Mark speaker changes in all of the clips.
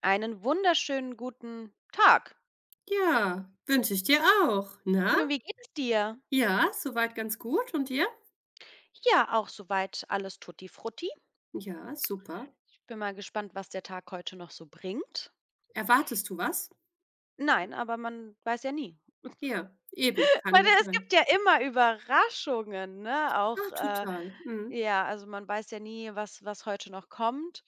Speaker 1: Einen wunderschönen guten Tag.
Speaker 2: Ja, wünsche ich dir auch. Na?
Speaker 1: Wie geht es dir?
Speaker 2: Ja, soweit ganz gut. Und dir?
Speaker 1: Ja, auch soweit alles tutti frutti.
Speaker 2: Ja, super.
Speaker 1: Ich bin mal gespannt, was der Tag heute noch so bringt.
Speaker 2: Erwartest du was?
Speaker 1: Nein, aber man weiß ja nie.
Speaker 2: Ja, eben, kann
Speaker 1: Weil
Speaker 2: das
Speaker 1: es gibt
Speaker 2: sein.
Speaker 1: ja immer Überraschungen, ne? Auch,
Speaker 2: Ah, total. Mhm.
Speaker 1: ja, also man weiß ja nie, was heute noch kommt,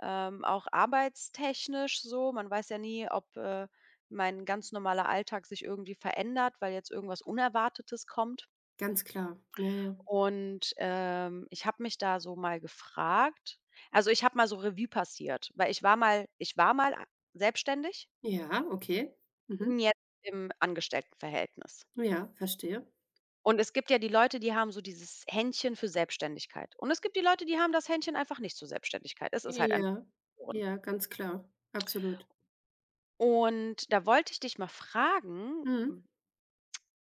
Speaker 1: auch arbeitstechnisch so. Man weiß ja nie, ob, mein ganz normaler Alltag sich irgendwie verändert, weil jetzt irgendwas Unerwartetes kommt.
Speaker 2: Ganz klar. Naja, ja.
Speaker 1: Und, ich habe mich da so mal gefragt, also, ich habe mal so Revue passiert, weil ich war mal a selbstständig,
Speaker 2: Ja, okay. Mhm.
Speaker 1: bin jetzt im Angestelltenverhältnis.
Speaker 2: Ja, verstehe.
Speaker 1: Und es gibt ja die Leute, die haben so dieses Händchen für Selbstständigkeit. Und es gibt die Leute, die haben das Händchen einfach nicht zur Selbstständigkeit. Es ist halt ein
Speaker 2: Ja,
Speaker 1: geboren.
Speaker 2: ja, ganz klar. Absolut.
Speaker 1: Und da wollte ich dich mal fragen,
Speaker 2: Mhm.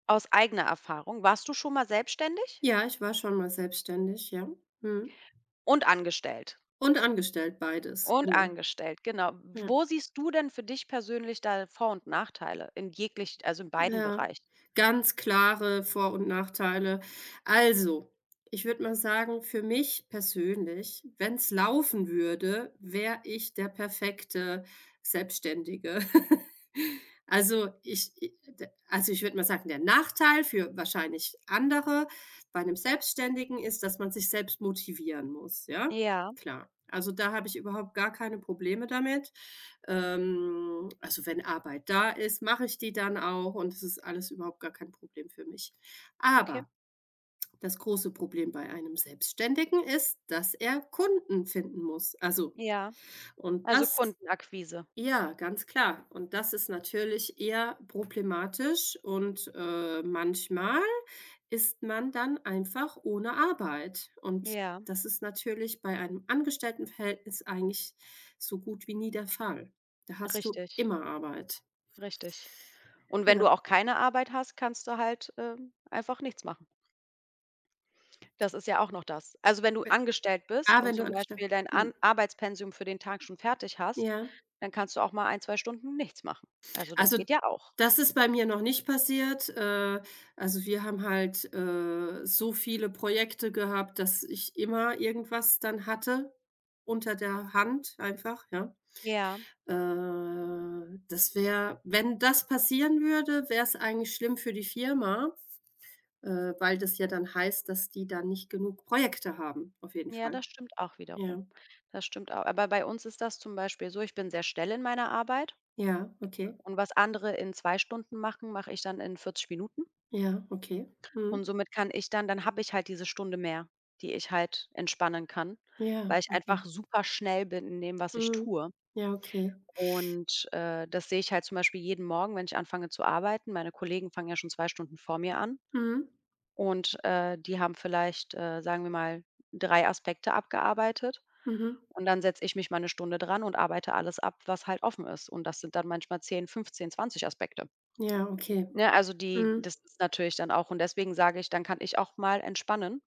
Speaker 1: aus eigener Erfahrung, warst du schon mal selbstständig
Speaker 2: Ja, ich war schon mal selbstständig, ja. Mhm.
Speaker 1: und angestellt?
Speaker 2: Und angestellt, beides,
Speaker 1: Und
Speaker 2: genau.
Speaker 1: angestellt, genau.
Speaker 2: Ja.
Speaker 1: Wo siehst du denn für dich persönlich da Vor- und Nachteile in jeglich, also in beiden
Speaker 2: Ja.
Speaker 1: Bereichen?
Speaker 2: Ganz klare Vor und Nachteile. Also, ich würde mal sagen, für mich persönlich, wenn es laufen würde, wäre ich der perfekte Selbstständige. Also, ich i d also, ich würde mal sagen, der Nachteil für wahrscheinlich andere bei einem Selbstständigen ist, dass man sich selbst motivieren muss, ja?
Speaker 1: Ja,
Speaker 2: Klar. Also, da habe ich überhaupt gar keine Probleme damit. Also, wenn Arbeit da ist, mache ich die dann auch, und es ist alles überhaupt gar kein Problem für mich.
Speaker 1: okay.
Speaker 2: Aber das große Problem bei einem Selbstständigen ist, dass er Kunden finden muss. Also,
Speaker 1: Ja,
Speaker 2: und
Speaker 1: also
Speaker 2: das
Speaker 1: Kundenakquise.
Speaker 2: ja, ganz klar. Und das ist natürlich eher problematisch und, manchmal ist man dann einfach ohne Arbeit. Und
Speaker 1: Ja,
Speaker 2: das ist natürlich bei einem Angestelltenverhältnis eigentlich so gut wie nie der Fall. Da hast du
Speaker 1: richtig,
Speaker 2: immer Arbeit.
Speaker 1: richtig. Und wenn
Speaker 2: Ja,
Speaker 1: du auch keine Arbeit hast, kannst du halt, einfach nichts machen. Das ist ja auch noch das. Also, wenn du
Speaker 2: we
Speaker 1: angestellt bist und
Speaker 2: Wenn du
Speaker 1: zum
Speaker 2: angestellt
Speaker 1: Beispiel dein
Speaker 2: mhm,
Speaker 1: An Arbeitspensum für den Tag schon fertig hast,
Speaker 2: ja.
Speaker 1: dann kannst du auch mal ein, 2 Stunden nichts machen. Also, das
Speaker 2: Also,
Speaker 1: geht ja auch.
Speaker 2: das ist bei mir noch nicht passiert. Also, wir haben halt, so viele Projekte gehabt, dass ich immer irgendwas dann hatte unter der Hand einfach, ja.
Speaker 1: Ja.
Speaker 2: Das wäre wenn das passieren würde, wäre es eigentlich schlimm für die Firma, weil das ja dann heißt, dass die dann nicht genug Projekte haben, auf jeden
Speaker 1: Ja,
Speaker 2: Fall.
Speaker 1: das stimmt auch wiederum.
Speaker 2: Ja.
Speaker 1: Das stimmt auch. Aber bei uns ist das zum Beispiel so, ich bin sehr schnell in meiner Arbeit
Speaker 2: Ja, okay.
Speaker 1: und was andere in 2 Stunden machen, mache ich dann in 40 Minuten,
Speaker 2: Ja, okay.
Speaker 1: und
Speaker 2: Mhm.
Speaker 1: somit kann ich dann habe ich halt diese Stunde mehr, die ich halt entspannen kann,
Speaker 2: Ja,
Speaker 1: weil ich
Speaker 2: okay.
Speaker 1: einfach super schnell bin in dem, was ich
Speaker 2: Mhm.
Speaker 1: tue.
Speaker 2: Ja, okay.
Speaker 1: Und, das sehe ich halt zum Beispiel jeden Morgen, wenn ich anfange zu arbeiten. Meine Kollegen fangen ja schon 2 Stunden vor mir an.
Speaker 2: Mhm.
Speaker 1: Und, die haben vielleicht, sagen wir mal, 3 Aspekte abgearbeitet.
Speaker 2: Mhm.
Speaker 1: Und dann setze ich mich mal eine Stunde dran und arbeite alles ab, was halt offen ist. Und das sind dann manchmal 10, 15, 20 Aspekte.
Speaker 2: Ja, okay.
Speaker 1: Ne, also die,
Speaker 2: Mhm.
Speaker 1: das ist natürlich dann auch, und deswegen sage ich, dann kann ich auch mal entspannen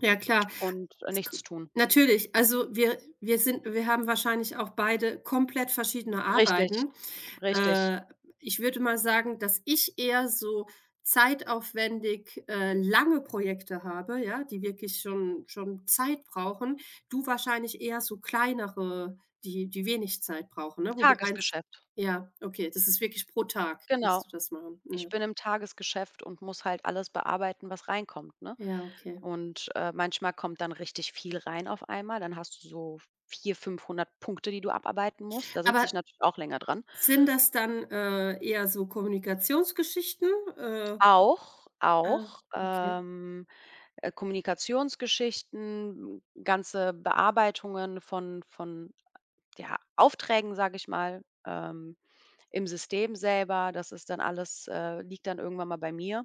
Speaker 2: Ja, klar.
Speaker 1: und,
Speaker 2: Es ko
Speaker 1: nichts tun.
Speaker 2: Natürlich, also wir sind wir haben wahrscheinlich auch beide komplett verschiedene
Speaker 1: Richtig,
Speaker 2: Arbeiten.
Speaker 1: richtig.
Speaker 2: Äh, Ich würde mal sagen, dass ich eher so zeitaufwendig, lange Projekte habe, ja, die wirklich schon Zeit brauchen. Du wahrscheinlich eher so kleinere, die wenig Zeit brauchen, ne, wo du eins
Speaker 1: Tagesgeschäft.
Speaker 2: ja, okay, das ist wirklich pro Tag
Speaker 1: Genau.
Speaker 2: kannst du das machen,
Speaker 1: Ich
Speaker 2: ja.
Speaker 1: bin im Tagesgeschäft und muss halt alles bearbeiten, was reinkommt, ne?
Speaker 2: Ja, okay.
Speaker 1: Und, manchmal kommt dann richtig viel rein auf einmal. Dann hast du so 400, 500 Punkte, die du abarbeiten musst. Da sitze ich
Speaker 2: Aber
Speaker 1: natürlich auch länger dran.
Speaker 2: sind das dann, eher so Kommunikationsgeschichten? Äh,
Speaker 1: Auch
Speaker 2: ah,
Speaker 1: auch,
Speaker 2: okay.
Speaker 1: ähm, Kommunikationsgeschichten, ganze Bearbeitungen von, ja, Aufträgen, sage ich mal, im System selber. Das ist dann alles, liegt dann irgendwann mal bei mir.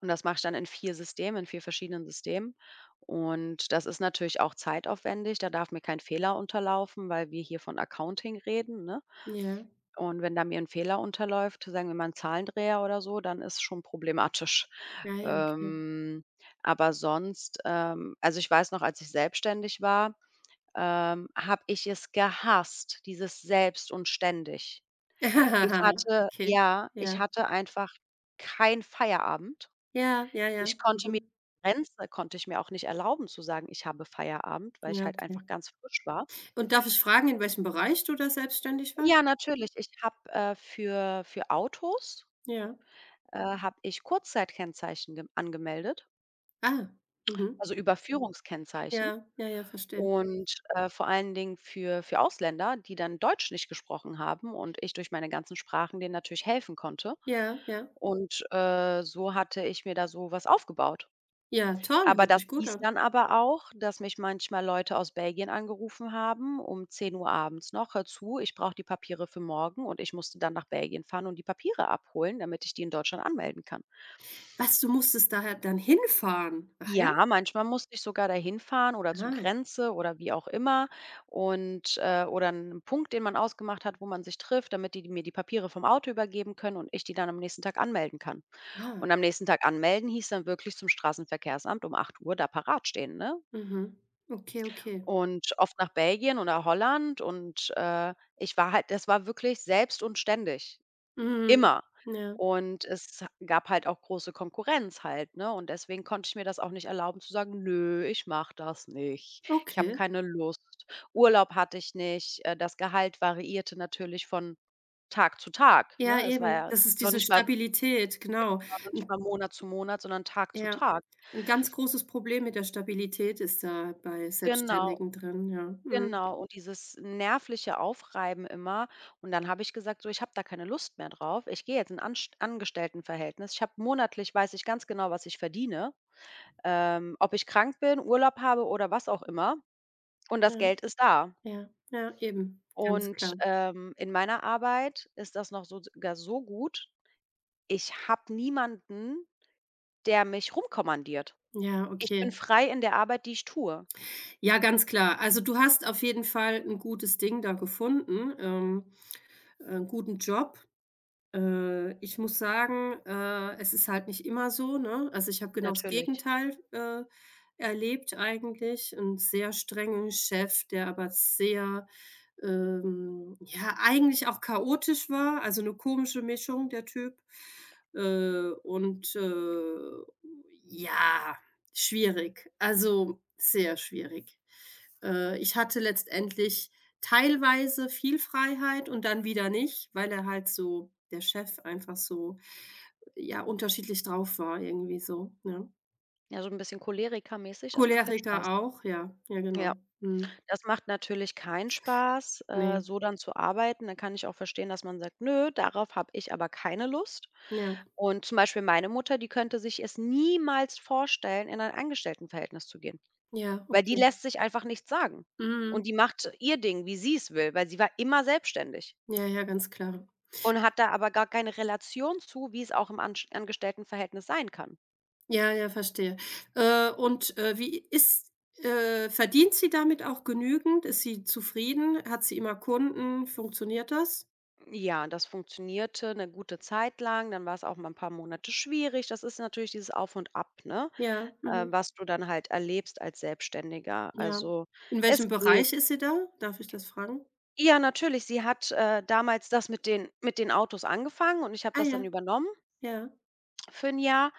Speaker 1: Und das mache ich dann in 4 Systemen, in 4 verschiedenen Systemen. Und das ist natürlich auch zeitaufwendig. Da darf mir kein Fehler unterlaufen, weil wir hier von Accounting reden, ne?
Speaker 2: Ja.
Speaker 1: Und wenn da mir ein Fehler unterläuft, sagen wir mal ein Zahlendreher oder so, dann ist schon problematisch.
Speaker 2: Ja, ja, okay.
Speaker 1: Ähm, aber sonst, also, ich weiß noch, als ich selbstständig war, habe ich es gehasst, dieses selbst und ständig. Ich hatte
Speaker 2: Okay.
Speaker 1: ja, ich
Speaker 2: Ja.
Speaker 1: hatte einfach keinen Feierabend.
Speaker 2: Ja, ja, ja.
Speaker 1: Ich konnte mir
Speaker 2: Mhm.
Speaker 1: Grenze konnte ich mir auch nicht erlauben zu sagen, ich habe Feierabend, weil ich
Speaker 2: Ja,
Speaker 1: halt
Speaker 2: okay.
Speaker 1: einfach ganz frisch war.
Speaker 2: Und darf ich fragen, in welchem Bereich du da selbstständig warst?
Speaker 1: Ja, natürlich. Ich habe, für Autos,
Speaker 2: Ja.
Speaker 1: habe ich Kurzzeitkennzeichen gem angemeldet,
Speaker 2: Ah. Mhm.
Speaker 1: also Überführungskennzeichen.
Speaker 2: Ja, ja, ja, verstehe.
Speaker 1: Und, vor allen Dingen für Ausländer, die dann Deutsch nicht gesprochen haben, und ich durch meine ganzen Sprachen denen natürlich helfen konnte.
Speaker 2: Ja, ja.
Speaker 1: Und, so hatte ich mir da so was aufgebaut.
Speaker 2: Ja, toll,
Speaker 1: Aber
Speaker 2: hört
Speaker 1: das
Speaker 2: sich gut
Speaker 1: hieß
Speaker 2: an.
Speaker 1: dann aber auch, dass mich manchmal Leute aus Belgien angerufen haben um 10 Uhr abends noch: „Hör zu, ich brauche die Papiere für morgen.“ Und ich musste dann nach Belgien fahren und die Papiere abholen, damit ich die in Deutschland anmelden kann.
Speaker 2: Was, du musstest daher dann hinfahren? Ach ja?
Speaker 1: Ja, manchmal musste ich sogar dahin fahren oder zur
Speaker 2: Ah,
Speaker 1: Grenze oder wie auch immer, und, oder 'n Punkt, den man ausgemacht hat, wo man sich trifft, damit die mir die Papiere vom Auto übergeben können und ich die dann am nächsten Tag anmelden kann.
Speaker 2: ah.
Speaker 1: Und am nächsten Tag anmelden hieß dann wirklich zum Straßenverkehrsamt um 8 Uhr da parat stehen, ne?
Speaker 2: Mhm. Okay, okay.
Speaker 1: Und oft nach Belgien oder Holland, und, ich war halt das war wirklich selbst und ständig,
Speaker 2: Mhm.
Speaker 1: immer.
Speaker 2: Ja.
Speaker 1: Und es gab halt auch große Konkurrenz halt, ne? Und deswegen konnte ich mir das auch nicht erlauben zu sagen: „Nö, ich mache das nicht. Ich habe
Speaker 2: Okay.
Speaker 1: keine Lust.“ Urlaub hatte ich nicht. Das Gehalt variierte natürlich von Tag zu Tag,
Speaker 2: Ja,
Speaker 1: ne? Es war
Speaker 2: eben.
Speaker 1: ja
Speaker 2: Das ist
Speaker 1: noch
Speaker 2: diese
Speaker 1: nicht mal
Speaker 2: Stabilität, genau.
Speaker 1: war noch nicht
Speaker 2: N
Speaker 1: mal Monat zu Monat, sondern Tag zu
Speaker 2: Ja.
Speaker 1: Tag.
Speaker 2: Ein ganz großes Problem mit der Stabilität ist da bei
Speaker 1: Genau.
Speaker 2: Selbstständigen drin, ja. Mhm.
Speaker 1: Genau, und dieses nervliche Aufreiben immer. Und dann habe ich gesagt: „So, ich habe da keine Lust mehr drauf. Ich gehe jetzt in 'n Anst Angestelltenverhältnis. Ich habe monatlich, weiß ich ganz genau, was ich verdiene, ob ich krank bin, Urlaub habe oder was auch immer. Und das
Speaker 2: Ja,
Speaker 1: Geld ist da.“
Speaker 2: ja, ja, eben, ganz
Speaker 1: Und,
Speaker 2: klar.
Speaker 1: in meiner Arbeit ist das noch so, sogar so gut, ich habe niemanden, der mich rumkommandiert.
Speaker 2: Ja,
Speaker 1: Ich bin
Speaker 2: okay.
Speaker 1: frei in der Arbeit, die ich tue,
Speaker 2: Ja, ganz klar. Also, du hast auf jeden Fall ein gutes Ding da gefunden, guten Job. Ich muss sagen, es ist halt nicht immer so, ne? Also, ich habe genau das
Speaker 1: natürlich.
Speaker 2: Gegenteil, erlebt eigentlich. 'N sehr strengen Chef, der aber sehr ja, eigentlich auch chaotisch war, also eine komische Mischung, der Typ. Äh, und, äh, ja, schwierig, also sehr schwierig. Ich hatte letztendlich teilweise viel Freiheit und dann wieder nicht, weil er halt so der Chef einfach so, ja, unterschiedlich drauf war irgendwie so, ja.
Speaker 1: Ja, so ein bisschen cholerikermäßig, das macht keinen
Speaker 2: Choleriker
Speaker 1: Spaß.
Speaker 2: auch, ja, ja
Speaker 1: Ja.
Speaker 2: genau. Mhm.
Speaker 1: Das macht natürlich keinen Spaß,
Speaker 2: Ne,
Speaker 1: so dann zu arbeiten. Dann kann ich auch verstehen, dass man sagt: „Nö, darauf habe ich aber keine Lust.“
Speaker 2: ja,
Speaker 1: Und zum Beispiel meine Mutter, die könnte sich es niemals vorstellen, in ein Angestelltenverhältnis zu gehen,
Speaker 2: ja,
Speaker 1: weil die
Speaker 2: okay.
Speaker 1: lässt sich einfach nichts sagen. Und
Speaker 2: Mhm.
Speaker 1: die macht ihr Ding, wie sie es will, weil sie war immer selbstständig
Speaker 2: Ja, ja, ganz klar.
Speaker 1: und hat da aber gar keine Relation zu, wie es auch im Ansch Angestelltenverhältnis sein kann.
Speaker 2: Ja, ja, verstehe. Wie ist verdient sie damit auch genügend? Ist sie zufrieden? Hat sie immer Kunden? Funktioniert das?
Speaker 1: Ja, das funktionierte eine gute Zeit lang, dann war es auch mal ein paar Monate schwierig. Das ist natürlich dieses Auf und Ab, ne?
Speaker 2: Ja,
Speaker 1: äh,
Speaker 2: mhm,
Speaker 1: was du dann halt erlebst als Selbstständiger.
Speaker 2: ja.
Speaker 1: Also,
Speaker 2: In welchem
Speaker 1: es geht.
Speaker 2: Bereich ist sie da? Darf ich das fragen?
Speaker 1: Ja, natürlich, sie hat, damals das mit den Autos angefangen und ich habe
Speaker 2: Ah
Speaker 1: das
Speaker 2: ja,
Speaker 1: dann übernommen
Speaker 2: ja.
Speaker 1: für 'n Jahr.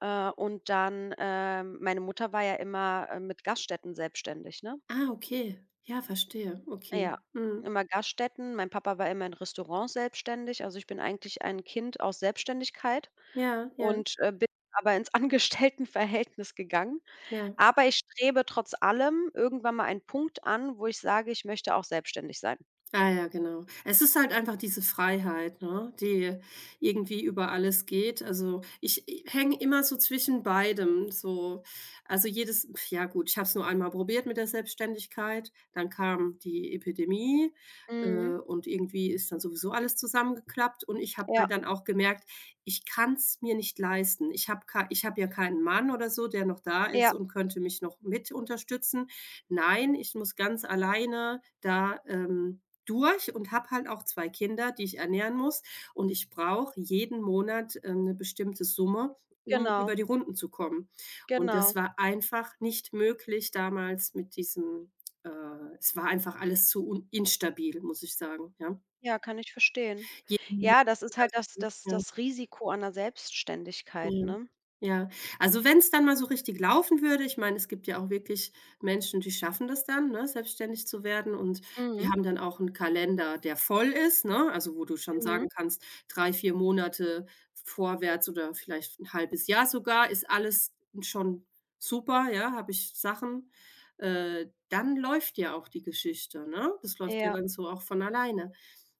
Speaker 1: Und dann, meine Mutter war ja immer, mit Gaststätten selbstständig, ne?
Speaker 2: Ah, okay. Ja, verstehe. Okay.
Speaker 1: Ja,
Speaker 2: Mhm.
Speaker 1: immer Gaststätten. Mein Papa war immer in Restaurants selbstständig. Also, ich bin eigentlich ein Kind aus Selbstständigkeit,
Speaker 2: Ja, ja,
Speaker 1: und, bin aber ins Angestelltenverhältnis gegangen.
Speaker 2: ja.
Speaker 1: Aber ich strebe trotz allem irgendwann mal einen Punkt an, wo ich sage: „Ich möchte auch selbstständig sein.“
Speaker 2: Ah ja, genau. Es ist halt einfach diese Freiheit, ne, die irgendwie über alles geht. Also, ich hänge immer so zwischen beidem, so also, jedes pf, ja gut, ich habe es nur einmal probiert mit der Selbstständigkeit, dann kam die Epidemie,
Speaker 1: Mhm.
Speaker 2: und irgendwie ist dann sowieso alles zusammengeklappt und ich habe
Speaker 1: Ja,
Speaker 2: halt dann auch gemerkt, ich kann es mir nicht leisten. Ich habe ja keinen Mann oder so, der noch da
Speaker 1: ja,
Speaker 2: ist und könnte mich noch mit unterstützen. Nein, ich muss ganz alleine da, durch und habe halt auch 2 Kinder, die ich ernähren muss und ich brauche jeden Monat, 'ne bestimmte Summe, um über
Speaker 1: genau,
Speaker 2: die Runden zu kommen. Und das
Speaker 1: genau.
Speaker 2: war einfach nicht möglich damals mit diesem äh, es war einfach alles zu un instabil, muss ich sagen, ja.
Speaker 1: Ja, kann ich verstehen.
Speaker 2: Jeden Monat
Speaker 1: Ja, das ist halt das das
Speaker 2: ja.
Speaker 1: das Risiko einer Selbstständigkeit,
Speaker 2: Ja.
Speaker 1: ne?
Speaker 2: Ja. Also, wenn es dann mal so richtig laufen würde, ich meine, es gibt ja auch wirklich Menschen, die schaffen das dann, ne, selbstständig zu werden, und die
Speaker 1: Mhm,
Speaker 2: haben dann auch einen Kalender, der voll ist, ne? Also, wo du schon
Speaker 1: mhm.
Speaker 2: sagen kannst, 3, 4 Monate vorwärts oder vielleicht ein halbes Jahr sogar ist alles schon super, ja, habe ich Sachen. Dann läuft ja auch die Geschichte, ne? Das läuft ja
Speaker 1: Ja,
Speaker 2: dann so auch von alleine.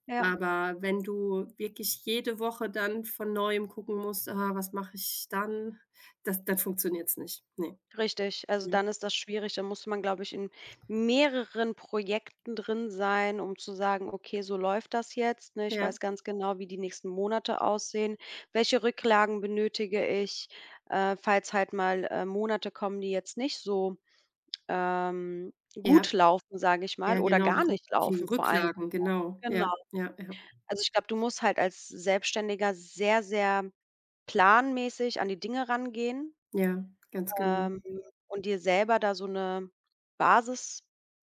Speaker 1: ja.
Speaker 2: Aber wenn du wirklich jede Woche dann von Neuem gucken musst: „Ah, was mache ich dann?“ Das dann funktioniert's nicht. Ne.
Speaker 1: Richtig, also
Speaker 2: Mhm.
Speaker 1: dann ist das schwierig. Da muss man, glaube ich, in mehreren Projekten drin sein, um zu sagen: „Okay, so läuft das jetzt, ne? Ich weiß
Speaker 2: Ja,
Speaker 1: ganz genau, wie die nächsten Monate aussehen. Welche Rücklagen benötige ich, falls halt mal, Monate kommen, die jetzt nicht so, ähm,
Speaker 2: ja,
Speaker 1: gut laufen, sage ich mal,
Speaker 2: ja,
Speaker 1: oder
Speaker 2: genau,
Speaker 1: gar nicht
Speaker 2: Die
Speaker 1: laufen vor allen.
Speaker 2: Rücklagen, genau.
Speaker 1: Genau.
Speaker 2: Ja, ja, ja,
Speaker 1: Also, ich glaube, du musst halt als Selbstständiger sehr, sehr planmäßig an die Dinge rangehen,
Speaker 2: ja, ganz genau.
Speaker 1: ähm, und dir selber da so 'ne Basis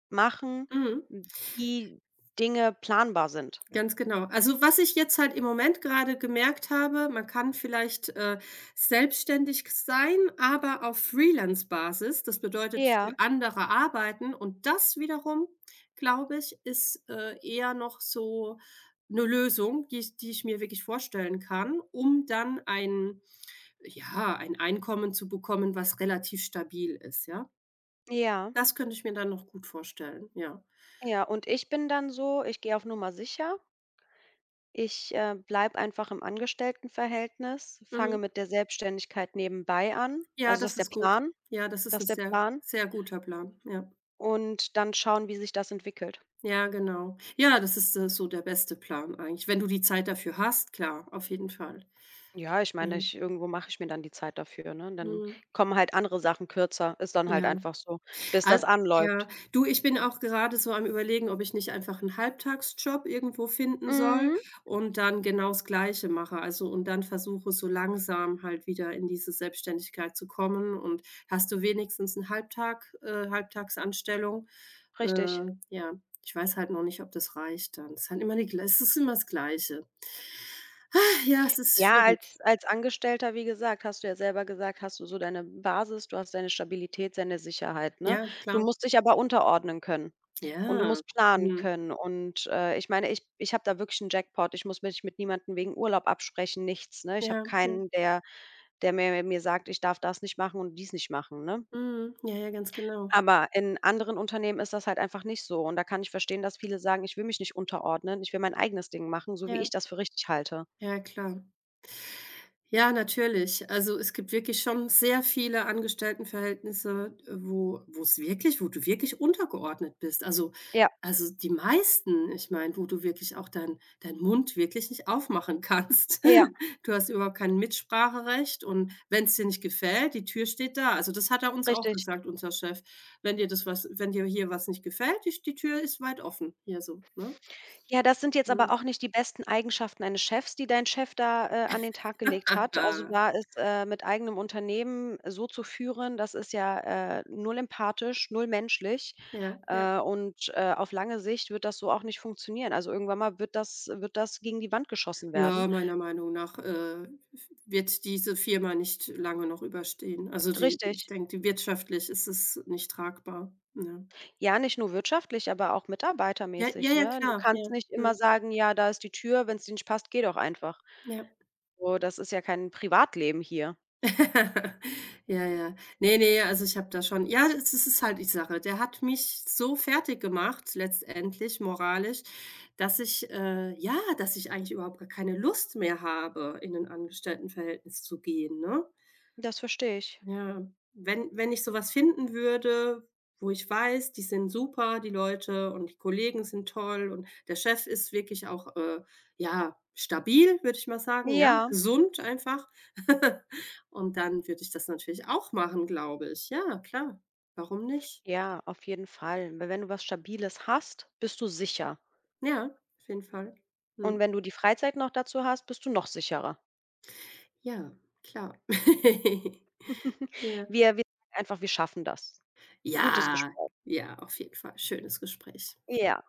Speaker 1: machen,
Speaker 2: Mhm.
Speaker 1: wie Dinge planbar sind.
Speaker 2: Ganz genau. Also, was ich jetzt halt im Moment gerade gemerkt habe, man kann vielleicht, selbstständig sein, aber auf Freelance-Basis. Das bedeutet
Speaker 1: Ja,
Speaker 2: für andere arbeiten, und das wiederum, glaube ich, ist, eher noch so eine Lösung, die ich mir wirklich vorstellen kann, um dann ein ja, ein Einkommen zu bekommen, was relativ stabil ist, ja?
Speaker 1: ja,
Speaker 2: Das könnte ich mir dann noch gut vorstellen, ja.
Speaker 1: ja. Und ich bin dann so, ich gehe auf Nummer sicher. Ich, bleibe einfach im Angestelltenverhältnis, fange
Speaker 2: Mhm.
Speaker 1: mit der Selbstständigkeit nebenbei an.
Speaker 2: Ja,
Speaker 1: Also, das
Speaker 2: das
Speaker 1: ist der
Speaker 2: ist gut.
Speaker 1: Plan
Speaker 2: Ja, das ist
Speaker 1: das
Speaker 2: ein
Speaker 1: ist der
Speaker 2: sehr,
Speaker 1: Plan
Speaker 2: sehr guter Plan. Ja.
Speaker 1: und dann schauen, wie sich das entwickelt.
Speaker 2: Ja, genau. Ja, das ist, so der beste Plan eigentlich. Wenn du die Zeit dafür hast, klar, auf jeden Fall.
Speaker 1: Ja, ich meine,
Speaker 2: Mhm.
Speaker 1: ich irgendwo mache ich mir dann die Zeit dafür, ne? Dann
Speaker 2: Mhm.
Speaker 1: kommen halt andere Sachen kürzer. Ist dann halt
Speaker 2: Ja.
Speaker 1: einfach so, bis das
Speaker 2: Al Ja.
Speaker 1: anläuft.
Speaker 2: Du, ich bin auch gerade so am Überlegen, ob ich nicht einfach einen Halbtagsjob irgendwo finden soll
Speaker 1: Mhm.
Speaker 2: und dann genau das Gleiche mache. Also, und dann versuche, so langsam halt wieder in diese Selbstständigkeit zu kommen, und hast du wenigstens 'n Halbtagsanstellung?
Speaker 1: Richtig.
Speaker 2: Ja, ich weiß halt noch nicht, ob das reicht dann. Es ist halt immer die glei es ist immer das Gleiche. Ah, ja, es ist
Speaker 1: Ja, als
Speaker 2: schwierig.
Speaker 1: als Angestellter, wie gesagt, hast du ja selber gesagt, hast du so deine Basis, du hast deine Stabilität, deine Sicherheit, ne?
Speaker 2: Ja,
Speaker 1: Du
Speaker 2: klar.
Speaker 1: musst dich aber unterordnen können und du
Speaker 2: Ja.
Speaker 1: musst planen
Speaker 2: Mhm.
Speaker 1: können, und, ich meine, ich habe da wirklich einen Jackpot. Ich muss mich mit niemandem wegen Urlaub absprechen, nichts, ne? Ich
Speaker 2: Ja,
Speaker 1: habe
Speaker 2: ja.
Speaker 1: keinen, der mir sagt: „Ich darf das nicht machen und dies nicht machen“, ne?
Speaker 2: Mhm. Ja, ja, ganz genau.
Speaker 1: Aber in anderen Unternehmen ist das halt einfach nicht so, und da kann ich verstehen, dass viele sagen: „Ich will mich nicht unterordnen, ich will mein eigenes Ding machen, so wie
Speaker 2: Ja,
Speaker 1: ich das für richtig halte.“
Speaker 2: ja, klar. Ja, natürlich. Also, es gibt wirklich schon sehr viele Angestelltenverhältnisse, wo es wirklich wo du wirklich untergeordnet bist.
Speaker 1: Ja,
Speaker 2: Also, die meisten, ich meine, wo du wirklich auch deinen Mund wirklich nicht aufmachen kannst.
Speaker 1: ja,
Speaker 2: Du hast überhaupt kein Mitspracherecht, und wenn es dir nicht gefällt, die Tür steht da. Also, das hat er uns auch
Speaker 1: richtig.
Speaker 2: gesagt, unser Chef: Wenn dir hier was nicht gefällt, die Tür ist weit offen.“ Hier so, ne?
Speaker 1: Ja, das sind jetzt aber
Speaker 2: Mhm.
Speaker 1: auch nicht die besten Eigenschaften eines Chefs, die dein Chef da, an den Tag gelegt hat. Also, da ist, mit eigenem Unternehmen so zu führen, das ist ja, null empathisch, null menschlich,
Speaker 2: Ja, ja.
Speaker 1: und, auf lange Sicht wird das so auch nicht funktionieren. Also, irgendwann mal wird das gegen die Wand geschossen werden.
Speaker 2: Ja, meiner Meinung nach, wird diese Firma nicht lange noch überstehen. Also, die
Speaker 1: Richtig.
Speaker 2: ich denke, die wirtschaftlich ist es nicht tragbar, ja.
Speaker 1: Ja, nicht nur wirtschaftlich, aber auch
Speaker 2: Ja, ja,
Speaker 1: mitarbeitermäßig,
Speaker 2: ja,
Speaker 1: ne? Du
Speaker 2: klar,
Speaker 1: kannst
Speaker 2: ja,
Speaker 1: nicht immer
Speaker 2: mhm,
Speaker 1: sagen: „Ja, da ist die Tür, wenn es dir nicht passt, geh doch einfach.“
Speaker 2: ja.
Speaker 1: So, das ist ja kein Privatleben hier.
Speaker 2: Ja, ja. Ne, ne, also, ich habe da schon ja, das ist es halt die Sache. Der hat mich so fertig gemacht letztendlich moralisch, dass ich, ja, dass ich eigentlich überhaupt gar keine Lust mehr habe, in ein Angestelltenverhältnis zu gehen, ne?
Speaker 1: Das verstehe ich.
Speaker 2: Ja, wenn ich so was finden würde, wo ich weiß, die sind super, die Leute und die Kollegen sind toll und der Chef ist wirklich auch, ja, stabil, würde ich mal sagen, ja,
Speaker 1: Ja.
Speaker 2: gesund einfach. Und dann würde ich das natürlich auch machen, glaube ich. Ja, klar. Warum nicht?
Speaker 1: Ja, auf jeden Fall. Weil wenn du was Stabiles hast, bist du sicher.
Speaker 2: Ja, auf jeden Fall.
Speaker 1: Und
Speaker 2: Mhm.
Speaker 1: wenn du die Freizeit noch dazu hast, bist du noch sicherer.
Speaker 2: Ja, klar. Ja.
Speaker 1: Wir sagen einfach, wir schaffen das. Gutes
Speaker 2: Ja,
Speaker 1: Gespräch.
Speaker 2: ja, auf jeden Fall. Schönes Gespräch.
Speaker 1: Ja.